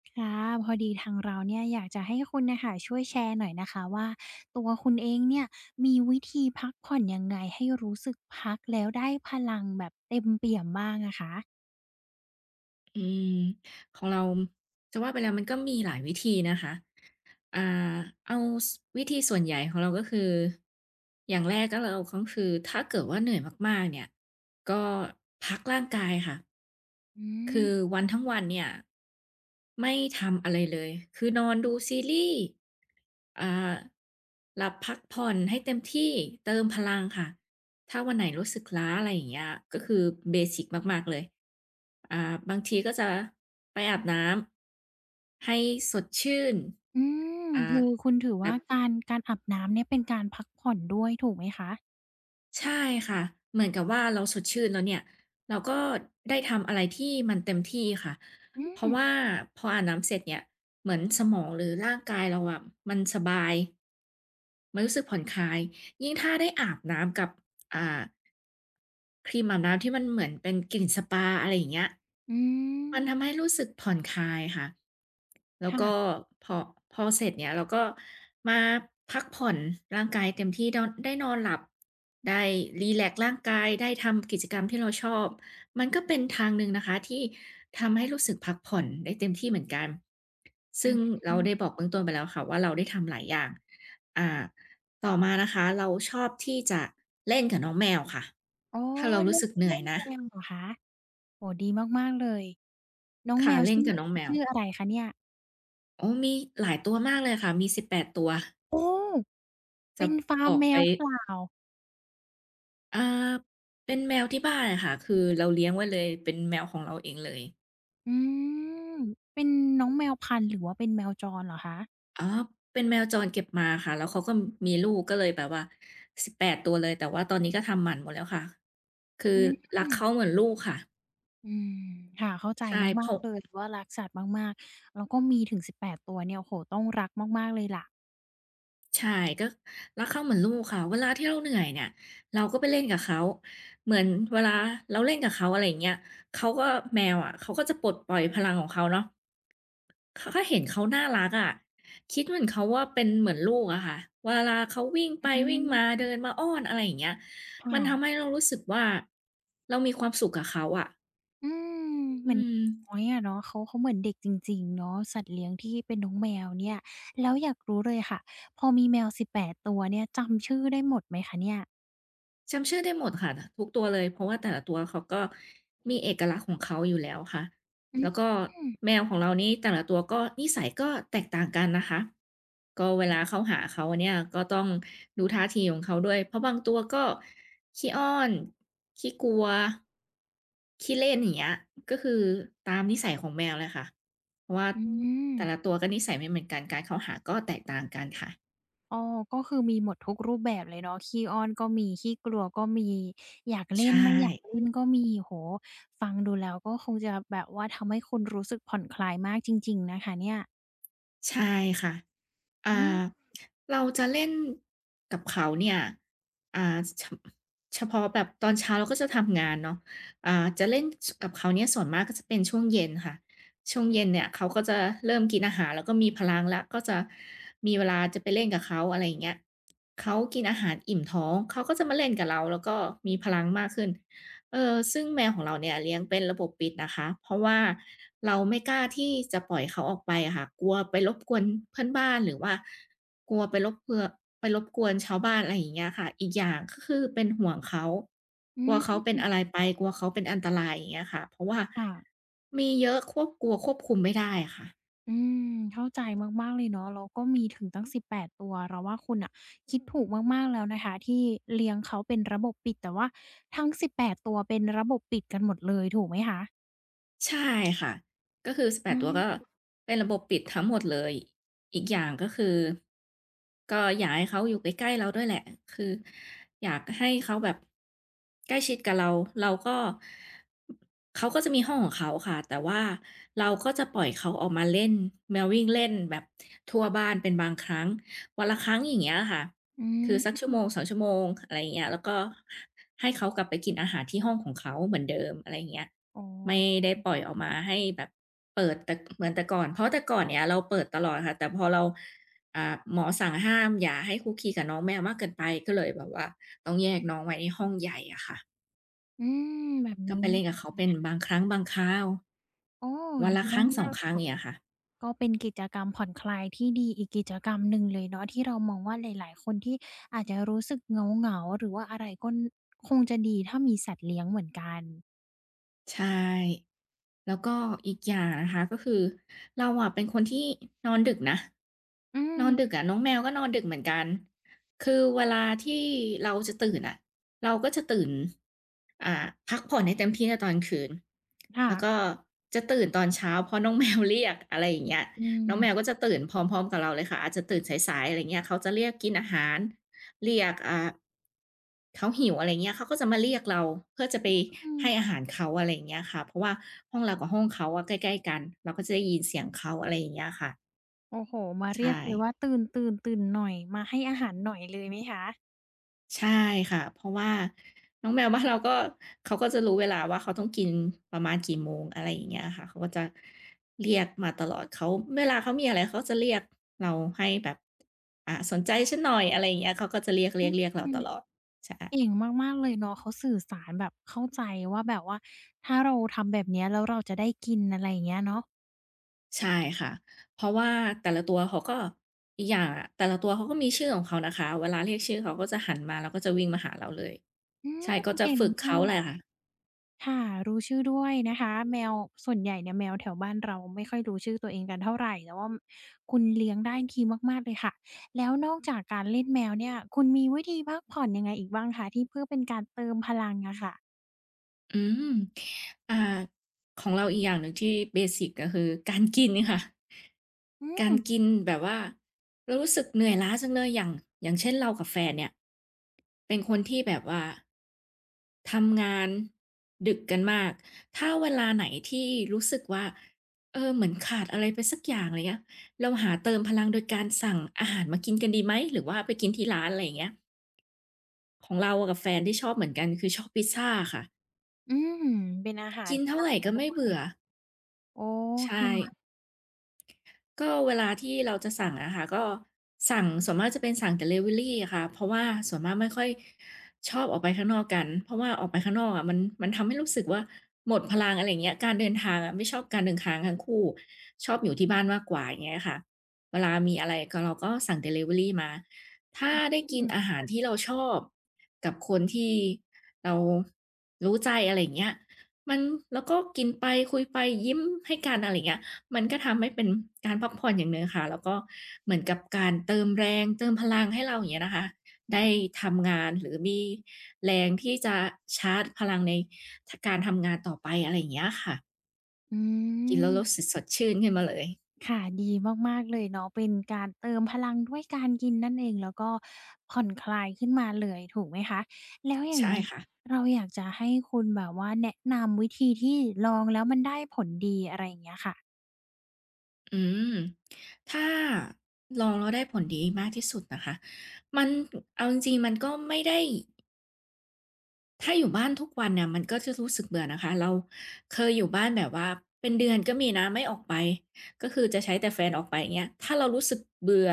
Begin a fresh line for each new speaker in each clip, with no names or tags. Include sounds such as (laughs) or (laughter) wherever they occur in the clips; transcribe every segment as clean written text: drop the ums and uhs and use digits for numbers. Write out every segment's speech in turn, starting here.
ครับพอดีทางเราเนี่ยอยากจะให้คุณนะคะช่วยแชร์หน่อยนะคะว่าตัวคุณเองเนี่ยมีวิธีพักผ่อนยังไงให้รู้สึกพักแล้วได้พลังแบบเต็มเปี่ยมบ้างอะคะ
อืมของเราจะว่าไปแล้วมันก็มีหลายวิธีนะคะอ่าเอาสวิธีส่วนใหญ่ของเราก็คืออย่างแรกก็เราก็คือถ้าเกิดว่าเหนื่อยมากๆเนี่ยก็พักร่างกายค่ะ
อื
คือ
ม
วันทั้งวันเนี่ยไม่ทำอะไรเลยคือนอนดูซีรีส์อ่าหลับพักผ่อนให้เต็มที่เติมพลังค่ะ ถ้าวันไหนรู้สึกล้าอะไรอย่างเงี้ยก็คือเบสิกมากๆเลยบางทีก็จะไปอาบน้ำให้สดชื่น
อืม
อ่า
คือคุณถือ
แบ
ว่า
บ
การอาบน้ำเนี่ยเป็นการพักผ่อนด้วยถูกไหมคะ
ใช่ค่ะเหมือนกับว่าเราสดชื่นแล้วเนี่ยเราก็ได้ทำอะไรที่มันเต็มที่ค่ะ
อื
เพราะ
ม
ว่าพออาบน้ำเสร็จเนี่ยเหมือนสมองหรือร่างกายเราอะมันสบายมันรู้สึกผ่อนคลายยิ่งถ้าได้อาบน้ำกับอ่าครีมอาบน้ำที่มันเหมือนเป็นกลิ่นสปาอะไรอย่างเงี้ย
อืม
มันทำให้รู้สึกผ่อนคลายค่ะ แล้วก็
ค่ะ
พอพอเสร็จเนี่ยเราก็มาพักผ่อนร่างกายเต็มที่ดอนได้นอนหลับได้รีแลกซ์ร่างกายได้ทำกิจกรรมที่เราชอบ มันก็เป็นทางหนึ่งนะคะที่ทำให้รู้สึกพักผ่อนได้เต็มที่เหมือนกัน
อื
ซึ่
ม
ง
อฮึ
เราได้บอกเบื้องต้นไปแล้วค่ะว่าเราได้ทำหลายอย่างอ่าต่อมานะคะเราชอบที่จะเล่นกับน้องแมวค่ะ
อ๋อ
ถ้าเรา
เล่
รู้
น
สึกเหนื่
เล่
อย
นแม
นะ
วเหรอคะโอ้ดีมากๆเลยน้องแม
ค่ะ
ว
เล่น
ชื่อ
กับน้องแมว
ชื่ออะไรคะเนี่ย
อ๋อมีหลายตัวมากเลยค่ะมี18ตัว
โอ้
จะ
เป็นฟา
บ
ร์ม
อก
แม
ไป
วหรือเปล่า
อาเป็นแมวที่บ้านอะค่ะคือเราเลี้ยงไว้เลยเป็นแมวของเราเองเลย
อืมเป็นน้องแมวพันธุ์หรือว่าเป็นแมวจรเหรอคะ
อ๋อเป็นแมวจรเก็บมาค่ะแล้วเขาก็มีลูกก็เลยแบบว่า18ตัวเลยแต่ว่าตอนนี้ก็ทำหมันหมดแล้วค่ะคื
อื
อ
ม
รักเขาเหมือนลูกค่ะ
อืมค่ะเข้าใจ
ใช่เพ
มากๆ
ราะ
เลยว่ารักสัตว์มากๆ แล้วก็มีถึงสิบแปดตัวเนี่ยโอ้โฮต้องรักมากๆเลยล่ะ
ใช่ก็รักเขาเหมือนลูกค่ะเวลาที่เราเหนื่อยเนี่ยเราก็ไปเล่นกับเขาเหมือนเวลาเราเล่นกับเขาอะไรอย่างเงี้ยเขาก็แมวอะเขาก็จะปลดปล่อยพลังของเขาเนาะ เขาก็เห็นเขาน่ารักอะคิดเหมือนเขาว่าเป็นเหมือนลูกอะค่ะเวลาเขาวิ่งไป
อื
วิ่งมา
ม
เดินมาอ้อนอะไรอย่างเงี้ยมัน
ค่ะ
ทำให้เรารู้สึกว่าเรามีความสุขกับเขาอะ
อืมเห
อื
มือนน้อ
ม
ยอะเนาะเขาเหมือนเด็กจริงๆเนาะสัตว์เลี้ยงที่เป็นน้องแมวเนี่ย แล้วอยากรู้เลยค่ะพอมีแมวสิบแปดตัวเนี่ยจำชื่อได้หมดไหมคะเนี่ย
จำชื่อได้หมดค่ะทุกตัวเลยเพราะว่าแต่ละตัวเขาก็มีเอกลักษณ์ของเขาอยู่แล้วค่ะ
อื
แล้ว
ม
ก็แมวของเรานี่แต่ละตัวก็นิสัยก็แตกต่างกันนะคะก็เวลาเข้าหาเขาเนี่ยก็ต้องดูท่าทีของเขาด้วยเพราะบางตัวก็ขี้อ้อนขี้กลัวขี้เล่นอย่างเงี้ยก็คือตามนิสัยของแมวเลยค่ะเพราะว่า
อืม
แต่ละตัวก็นิสัยไม่เหมือนกันการเข้าหาก็แตกต่างกันค่ะ
อ๋อก็คือมีหมดทุกรูปแบบเลยเนาะขี้อ้อนก็มีขี้กลัวก็มี อยากเล่น
ใช่
ไม่อยากเล่นก็มีโอ้โฮฟังดูแล้วก็คงจะแบบว่าทำให้คุณรู้สึกผ่อนคลายมากจริงๆนะคะเนี่ย
ใช่ค่ะอ่า
อืม
เราจะเล่นกับเขาเนี่ยอ่าเฉเฉพาะแบบตอนเช้าเราก็จะทำงานเนาะอ่าจะเล่นกับเขาเนี่ยส่วนมากก็จะเป็นช่วงเย็นค่ะช่วงเย็นเนี่ยเขาก็จะเริ่มกินอาหารแล้วก็มีพลังแล้วก็จะมีเวลาจะไปเล่นกับเขาอะไรอย่างเงี้ยเขากินอาหารอิ่มท้องเขาก็จะมาเล่นกับเราแล้วก็มีพลังมากขึ้น เออซึ่งแมวของเราเนี่ยเลี้ยงเป็นระบบปิดนะคะเพราะว่าเราไม่กล้าที่จะปล่อยเขาออกไปอะค่ะกลัวไปรบกวนเพื่อนบ้านหรือว่ากลัวไปรบกวนชาวบ้านอะไรอย่างเงี้ยค่ะอีกอย่างก็คือเป็นห่วงเขาก
อื
ลัวเขา
ม
เป็นอะไรไปกลัวเขาเป็นอันตรายอย่างเงี้ยค่ะเพราะว่า
ค่ะ
มีเยอะควบกลัวควบคุมไม่ได้อะค่ะ
อืมเข้าใจมากๆเลยเนาะแล้วก็มีถึงตั้ง18ตัวเราว่าคุณน่ะคิดถูกมากๆแล้วนะคะที่เลี้ยงเขาเป็นระบบปิด แต่ว่าทั้ง18ตัวเป็นระบบปิดกันหมดเลยถูกไหมคะ
ใช่ค่ะก็คือ
อื
18ตัว
ม
ก็เป็นระบบปิดทั้งหมดเลยอีกอย่างก็คือก็อยากให้เขาอยู่ใกล้ๆเราด้วยแหละคืออยากให้เขาแบบใกล้ชิดกับเราเราก็เขาก็จะมีห้องของเขาค่ะแต่ว่าเราก็จะปล่อยเขาออกมาเล่นมาวิ่งเล่นแบบทั่วบ้านเป็นบางครั้งวันละครั้งอย่างเงี้ยค่ะ
อื
คือสัก
ม
ชั่วโมงสองชั่วโมงอะไรอย่างเงี้ยแล้วก็ให้เขากลับไปกินอาหารที่ห้องของเขาเหมือนเดิมอะไรอย่างเงี้ย
อ๋อ
ไม่ได้ปล่อยออกมาให้แบบเปิดแต่เหมือนแต่ก่อน เพราะแต่ก่อนเนี่ยเราเปิดตลอดค่ะ แต่พอเราหมอสั่งห้ามอย่าให้คุกคีกับน้องแมวมากเกินไป ก็เลยแบบว่าต้องแยกน้องไว้ในห้องใหญ่อะค่ะ
อืมแบบ
ก็
นี้
ไป
นี่
เล่นกับเขาเป็นบางครั้งบางคราว
อ๋อ
วัน
ดี
ละค
อื
รั้
ม
ง
มาก
2
ๆเล
ค
ย
รั้งอ
ค่ะ
ย่างเงี้ยค่ะ
ก็เป็นกิจกรรมผ่อนคลายที่ดีอีกกิจกรรมหนึ่งเลยเนาะที่เรามองว่าหลายๆคนที่อาจจะรู้สึกเหงาๆหรือว่าอะไรก็นคงจะดีถ้ามีสัตว์เลี้ยงเหมือนกัน
ใช่ แล้วก็อีกอย่างนะคะก็คือเราอะเป็นคนที่นอนดึกนะ
อื
น
ม
อนดึกอะน้องแมวก็นอนดึกเหมือนกันคือเวลาที่เราจะตื่นอะเราก็จะตื่นอ่าพักผ่อนให้เต็มที่ในตอนกลางคืน
ค่ะ
แล้วก็จะตื่นตอนเช้าเพราะน้องแมวเรียกอะไรอย่างเงี้ย
อื
น้องแมวก็
ม
จะตื่นพร้อมๆกับเราเลยค่ะอาจจะตื่นสายๆอะไรเงี้ยเขาจะเรียกกินอาหารเรียกเขาหิวอะไรเงี้ยเขาก็จะมาเรียกเราเพื่อจะไป
อืม
ให้อาหารเขาอะไรอย่างเงี้ยค่ะเพราะว่าห้องเรากับห้องเขาอะใกล้ๆกันเราก็จะได้ยินเสียงเขาอะไรอย่างเงี้ยค่ะ
โอ้โฮมาเรียก
ใช่
เลยว่าตื่นหน่อยมาให้อาหารหน่อยเลยไหมคะ
ใช่ค่ะเพราะว่าน้องแมวบ้านเราก็เขาก็จะรู้เวลาว่าเขาต้องกินประมาณกี่โมงอะไรอย่างเงี้ยค่ะเขาก็จะเรียกมาตลอดเขาเวลาเขามีอะไรเขาจะเรียกเราให้แบบสนใจฉันหน่อยอะไรอย่างเงี้ยเขาก็จะเรียกๆๆเรา
อื
ต
ม
ลอดใช่
เก่งมากๆเลยเนาะเขาสื่อสารแบบเข้าใจว่าแบบว่าถ้าเราทำแบบเนี้ยแล้วเราจะได้กินอะไรอย่างเงี้ยเนาะ
ใช่ค่ะ เพราะว่าแต่ละตัวเขาก็อีกอย่างอะแต่ละตัวเขาก็มีชื่อของเขานะคะ เวลาเรียกชื่อเขาก็จะหันมาแล้วก็จะวิ่งมาหาเราเลย
อื
ใช่
ม
ก็จะ
เก่ง
ฝึก
มา
เขาแหละ
ก
ค่ะ
ค่ะรู้ชื่อด้วยนะคะแมวส่วนใหญ่เนี่ยแมวแถวบ้านเราไม่ค่อยรู้ชื่อตัวเองกันเท่าไรแต่ว่าคุณเลี้ยงได้ดีมากๆเลยค่ะแล้วนอกจากการเล่นแมวเนี่ยคุณมีวิธีพักผ่อนยังไงอีกบ้างคะที่เพื่อเป็นการเติมพลังอะค่ะ
อืมอ่าของเราอีกอย่างหนึ่งที่เบสิกก็คือการกินค่ะ
อื
กา
ม
รกินแบบว่าเรารู้สึกเหนื่อยล้าจังเลยอย่างอย่างเช่นเรากับแฟนเนี่ยเป็นคนที่แบบว่าทำงานดึกกันมากถ้าเวลาไหนที่รู้สึกว่าเออเหมือนขาดอะไรไปสักอย่างอะไรเงี้ยเราหาเติมพลังโดยการสั่งอาหารมากินกันดีไหมหรือว่าไปกินที่ร้านอะไรอย่างเงี้ยของเรากับแฟนที่ชอบเหมือนกันคือชอบพิซซาค่ะ
อืมเป็นอาหาร
กิน
ฝ
เท่า
รั่ง
ไร
เสีย
ก็
ด้
ไม่
วย
เบื่อ
โอ้
ใช่
ค่ะ
ก็เวลาที่เราจะสั่งอะค่ะก็สั่งส่วนมากจะเป็นสั่งดิลิเวอรีอะค่ะเพราะว่าส่วนมากไม่ค่อยชอบออกไปข้างนอกกันเพราะว่าออกไปข้างนอกอะมันทำให้รู้สึกว่าหมดพลังอะไรอย่างเงี้ยการเดินทางอะไม่ชอบการเดินทางทั้งคู่ชอบอยู่ที่บ้านมากกว่าอย่างเงี้ยค่ะเวลามีอะไรก็เราก็สั่งดิลิเวอรีมาถ้าได้
อ
กิน
ืม
อาหารที่เราชอบกับคนที่เรารู้ใจอะไรอย่างเงี้ยมันแล้วก็กินไปคุยไปยิ้มให้กันอะไรอย่างเงี้ย มันก็ทำให้เป็นการพักผ่อนอย่างหนึ่งค่ะแล้วก็เหมือนกับการเติมแรงเติมพลังให้เราอย่างเงี้ยนะคะได้ทำงานหรือมีแรงที่จะชาร์จพลังในทการทำงานต่อไปอะไรอย่างเงี้ยค่ะ
อื
กินแล้
ม
วรู้สึกสดชื่นขึ้นมาเลย
ค่ะดีมากๆเลยเนาะเป็นการเติมพลังด้วยการกินนั่นเองแล้วก็ผ่อนคลายขึ้นมาเลยถูกไหมคะแล้วอย่าง
ใช่
เงี้ย
ค่ะ
เราอยากจะให้คุณแบบว่าแนะนำวิธีที่ลองแล้วมันได้ผลดีอะไรอย่างเงี้ยค่ะ
อืมถ้าลองแล้วได้ผลดีมากที่สุดนะคะมันเอาจริงๆมันก็ไม่ได้ ถ้าอยู่บ้านทุกวันเนี่ยมันก็จะรู้สึกเบื่อนะคะเราเคยอยู่บ้านแบบว่าเป็นเดือนก็มีนะไม่ออกไปก็คือจะใช้แต่แฟนออกไปอย่างเงี้ยถ้าเรารู้สึกเบื่อ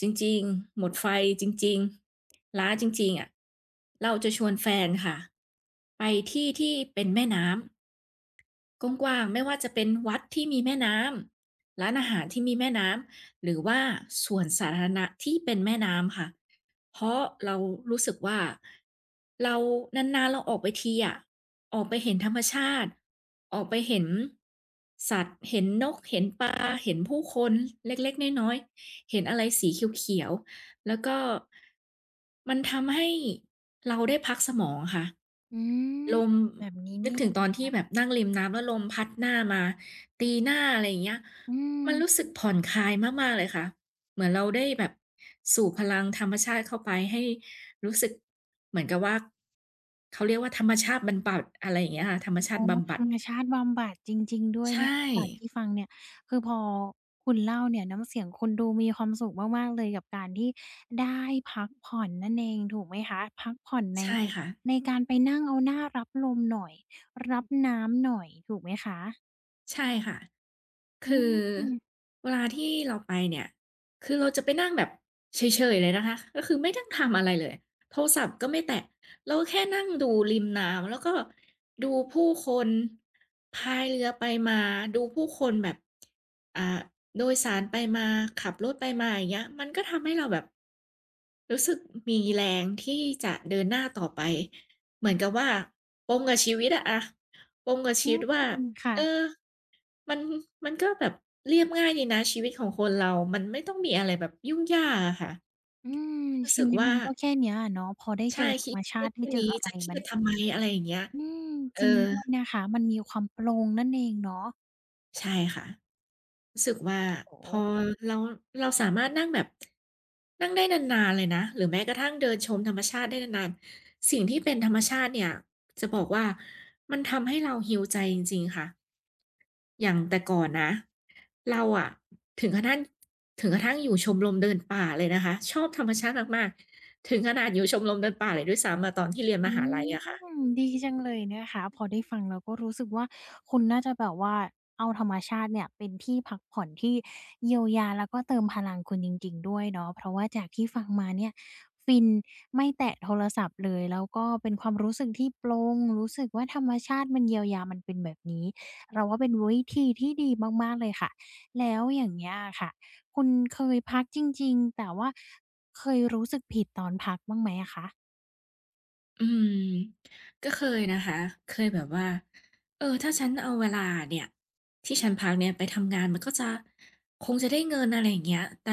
จริงๆหมดไฟจริงๆล้าจริงๆอะเราจะชวนแฟนค่ะไปที่ที่เป็นแม่น้ำ กว้างๆไม่ว่าจะเป็นวัดที่มีแม่น้ำร้านอาหารที่มีแม่น้ำหรือว่าสวนสาธารณะที่เป็นแม่น้ำค่ะ เพราะเรารู้สึกว่าเรานานๆเราออกไปทีอะออกไปเห็นธรรมชาติออกไปเห็นสัตว์เห็นนกเห็นปลาเห็นผู้คนเล็กๆน้อยๆเห็นอะไรสีเขียวๆ แล้วก็มันทำให้เราได้พักสมองค่ะ
อืม
ลม
แบบนี้
นึ
นี่
ก
เอ
ถึ
ง
งต
ค
อนที่
่ะ
แบบนั่งริมน้ำแล้วลมพัดหน้ามาตีหน้าอะไรอย่างเงี้ย
อื
มันรู้
ม
สึกผ่อนคลายมากๆเลยค่ะเหมือนเราได้แบบสูบพลังธรรมชาติเข้าไปให้รู้สึกเหมือนกับว่าเขาเรียกว่าธรรมชาติบรรบัดอะไรอย่างเงี้ยค่ะธรรมชา
อ๋อ
ติบำ
ธ
บั
ร
ด
รมชาติบำบัดจริงๆด้วย
ใช่
นะคะจากที่ฟังเนี่ยคือพอคุณเล่าเนี่ยน้ำเสียงคุณดูมีความสุขมากๆเลยกับการที่ได้พักผ่อนนั่นเองถูกไหมคะพักผ่อนใน
ใช่ค่ะ
ในการไปนั่งเอาหน้ารับลมหน่อยรับน้ำหน่อยถูกไหมคะ
ใช่ค่ะ
อื
คือ
ม
เวลาที่เราไปเนี่ยคือเราจะไปนั่งแบบเฉยๆเลยนะคะก็คือไม่ต้องทำอะไรเลยโทรศัพท์ก็ไม่แตะเราแค่นั่งดูริมน้ำแล้วก็ดูผู้คนพายเรือไปมาดูผู้คนแบบอ่าโดยสารไปมาขับรถไปมาอย่างเงี้ยมันก็ทำให้เราแบบรู้สึกมีแรงที่จะเดินหน้าต่อไปเหมือนกับว่าปมกับชีวิตอะอะปมกับ
อื
ชี
ม
วิตว่า
ค่ะ
เออ มันมันก็แบบเรียบง่ายดีนะชีวิตของคนเรามันไม่ต้องมีอะไรแบบยุ่งยากอะค่ะ
อืม
รู้
ชี
สึก
วิต
ว่า
มันก็แค่เนี้ยอะเนาะพอได้เจ
ใช่
อธร
คิ
ร
ด
มชา
เรื่อ
ติ
ง
ได้
แค่
เจอ
นี้
อะไร
จะเครี
มัน
ยดทำไมอะไรอย่างเงี้ย
อืม
เอ
จ
อ
ริงด้วยนะคะมันมีความโปร่งนั่นเองเนาะ
ใช่ค่ะรู้สึกว่า
โอ้
พอ
โฮ
เราเราสามารถนั่งแบบนั่งได้นานๆเลยนะหรือแม้กระทั่งเดินชมธรรมชาติได้นานๆสิ่งที่เป็นธรรมชาติเนี่ยจะบอกว่ามันทำให้เรา heal ใจจริงๆค่ะ อย่างแต่ก่อนนะเราอะถึงกระทั่งถึงกระทั่งอยู่ชมรมเดินป่าเลยนะคะชอบธรรมชาติมากๆถึงขนาดอยู่ชมรมเดินป่าเลยด้วยซ้ำอะตอนที่เรียนม
อื
หาลัยอะค่ะ
มดีจังเลยนะคะพอได้ฟังแล้วก็รู้สึกว่าคุณน่าจะแบบว่าเอาธรรมชาติเนี่ยเป็นที่พักผ่อนที่เยียวยาแล้วก็เติมพลังคุณจริงๆด้วยเนาะเพราะว่าจากที่ฟังมาเนี่ยฟินไม่แตะโทรศัพท์เลยแล้วก็เป็นความรู้สึกที่โปร่งรู้สึกว่าธรรมชาติมันเยียวยามันเป็นแบบนี้เราว่าเป็นวิธีที่ดีมากๆเลยค่ะแล้วอย่างเงี้ยอะค่ะคุณเคยพักจริงๆแต่ว่าเคยรู้สึกผิดตอนพักบ้างไหมอะคะ
อืมก็เคยนะคะเคยแบบว่าเออถ้าฉันเอาเวลาเนี่ยที่ฉันพักเนี่ยไปทำงานมันก็จะคงจะได้เงินอะไรอย่างเงี้ยแต่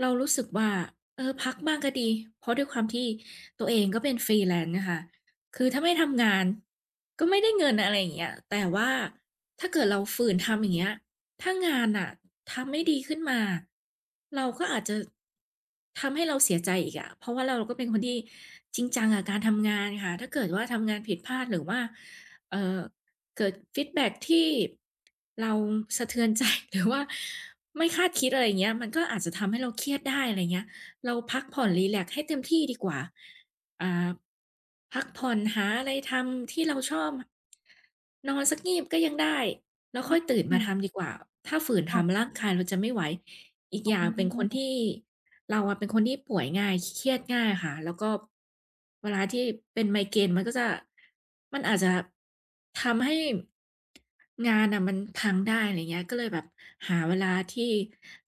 เรารู้สึกว่าเออพักบ้างก็ดีเพราะด้วยความที่ตัวเองก็เป็นฟรีแลน n ์นะคะคือถ้าไม่ทำงานก็ไม่ได้เงินอะไรอย่างเงี้ยแต่ว่าถ้าเกิดเราฝืนทำอย่างเงี้ย ถ้างานน่ะทำไม่ดีขึ้นมาเราก็อาจจะทำให้เราเสียใจอีกอะเพราะว่าเราก็เป็นคนที่จริงจังกับการทำงานค่ะถ้าเกิดว่าทำงานผิดพลาดหรือว่าเอ่อเกิดฟีดแบ็กที่เราสะเทือนใจ (laughs) หรือว่าไม่คาดคิดอะไรอย่างเงี้ยมันก็อาจจะทำให้เราเครียดได้อะไรเงี้ยเราพักผ่อนรีแลกซ์ให้เต็มที่ดีกว่าอ่าพักผ่อนหาอะไรทำที่เราชอบนอนสักงีบก็ยังได้ แล้วค่อยตื่น
อื
มา
ม
ทำดีกว่า ถ้าฝืน
ค่ะ
ทำร่างกายเราจะไม่ไหวอีก
อ๋
อย่างเป็นคน
อ
ที่เราอะเป็นคนที่ป่วยง่าย เครียดง่ายค่ะ แล้วก็เวลาที่เป็นไมเกรนมันก็จะมันอาจจะทำให้งานน่ะมันพังได้อะไรเงี้ยก็เลยแบบหาเวลาที่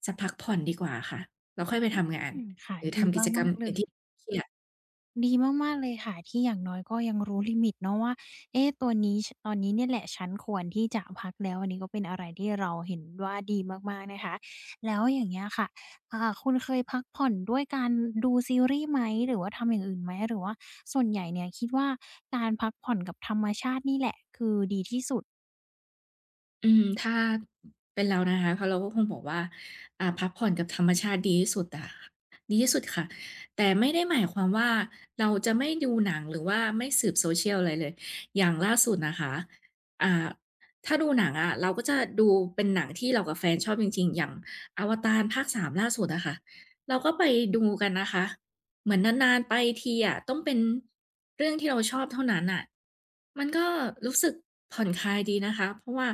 จะพักผ่อนดีกว่าค่ะแล้วค่อยไปทำงาน
อืมค่ะ
หรือ
ดี
ทำกิจกรร
มา
ม
กๆเล
อื่น
ย
ที่เครียด
ดีมากๆเลยค่ะที่อย่างน้อยก็ยังรู้ลิมิตเนาะว่าเอ๊ะตัวนี้ชตอนนี้เนี่ยแหละฉันควรที่จะพักแล้วอันนี้ก็เป็นอะไรที่เราเห็นว่าดีมากๆนะคะแล้วอย่างเงี้ยค่ะคุณเคยพักผ่อนด้วยการดูซีรีส์ไหมหรือว่าทำอย่างอื่นไหมหรือว่าส่วนใหญ่เนี่ยคิดว่าการพักผ่อนกับธรรมชาตินี่แหละคือดีที่สุด
อืมถ้าเป็นเรานะคะก็เราก็คงบอกว่าพักผ่อนกับธรรมชาติดีที่สุดอะดีที่สุดค่ะแต่ไม่ได้หมายความว่าเราจะไม่ดูหนังหรือว่าไม่สืบ social อะไรเลยอย่างล่าสุดนะคะอ่าถ้าดูหนังอะเราก็จะดูเป็นหนังที่เรากับแฟนชอบจริงๆอย่างอวตารภาค3ล่าสุดอะค่ะเราก็ไปดูกันนะคะ เหมือนนานๆไปทีอะต้องเป็นเรื่องที่เราชอบเท่านั้นน่ะมันก็รู้สึกผ่อนคลายดีนะคะเพราะว่า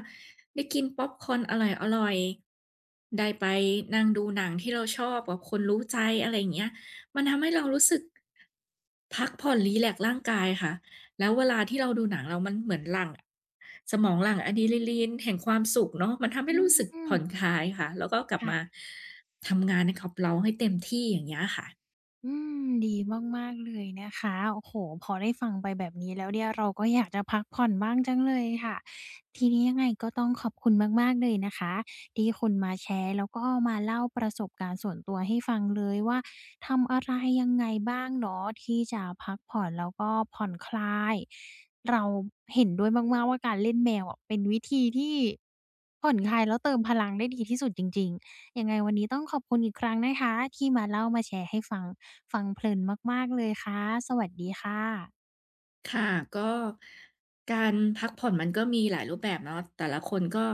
ได้กินพ็อปคอร์นอร่อยๆได้ไปนั่งดูหนังที่เราชอบกับคนรู้ใจอะไรอย่างเงี้ยมันทำให้เรารู้สึกพักผ่อนรีแลกซ์ร่างกายค่ะแล้วเวลาที่เราดูหนังแล้วมันเหมือนหลั่งสมองหลั่งอะดรีนาลีนแห่งความสุขเนาะมันทำ
อื
ให้รู้สึก
ม
ผ่อนคลายค่ะแล้วก็กลับมา
ค่ะ
ทำงานให้กับเราให้เต็มที่อย่างเงี้ยค่ะ
อืมดีมากๆเลยนะคะโอ้โฮพอได้ฟังไปแบบนี้แล้วเนี่ยเราก็อยากจะพักผ่อนบ้างจังเลยค่ะทีนี้ยังไงก็ต้องขอบคุณมากๆเลยนะคะที่คุณมาแชร์แล้วก็มาเล่าประสบการณ์ส่วนตัวให้ฟังเลยว่าทำอะไรยังไงบ้างเนาะที่จะพักผ่อนแล้วก็ผ่อนคลาย เราเห็นด้วยมากๆว่าการเล่นแมวอะเป็นวิธีที่ผ่อนคลายแล้วเติมพลังได้ดีที่สุดจริงๆ ยังไงวันนี้ต้องขอบคุณอีกครั้งนะคะที่มาเล่ามาแชร์ให้ฟังฟังเพลินมากๆเลยค่ะสวัสดีค่ะ
ค่ะก็การพักผ่อนมันก็มีหลายรูปแบบเนาะแต่ละคนก็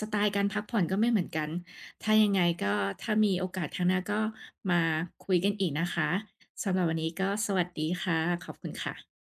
สไตล์การพักผ่อนก็ไม่เหมือนกันถ้ายังไงก็ถ้ามีโอกาสครั้งหน้าก็มาคุยกันอีกนะคะสำหรับวันนี้ก็สวัสดีค่ะขอบคุณค่ะ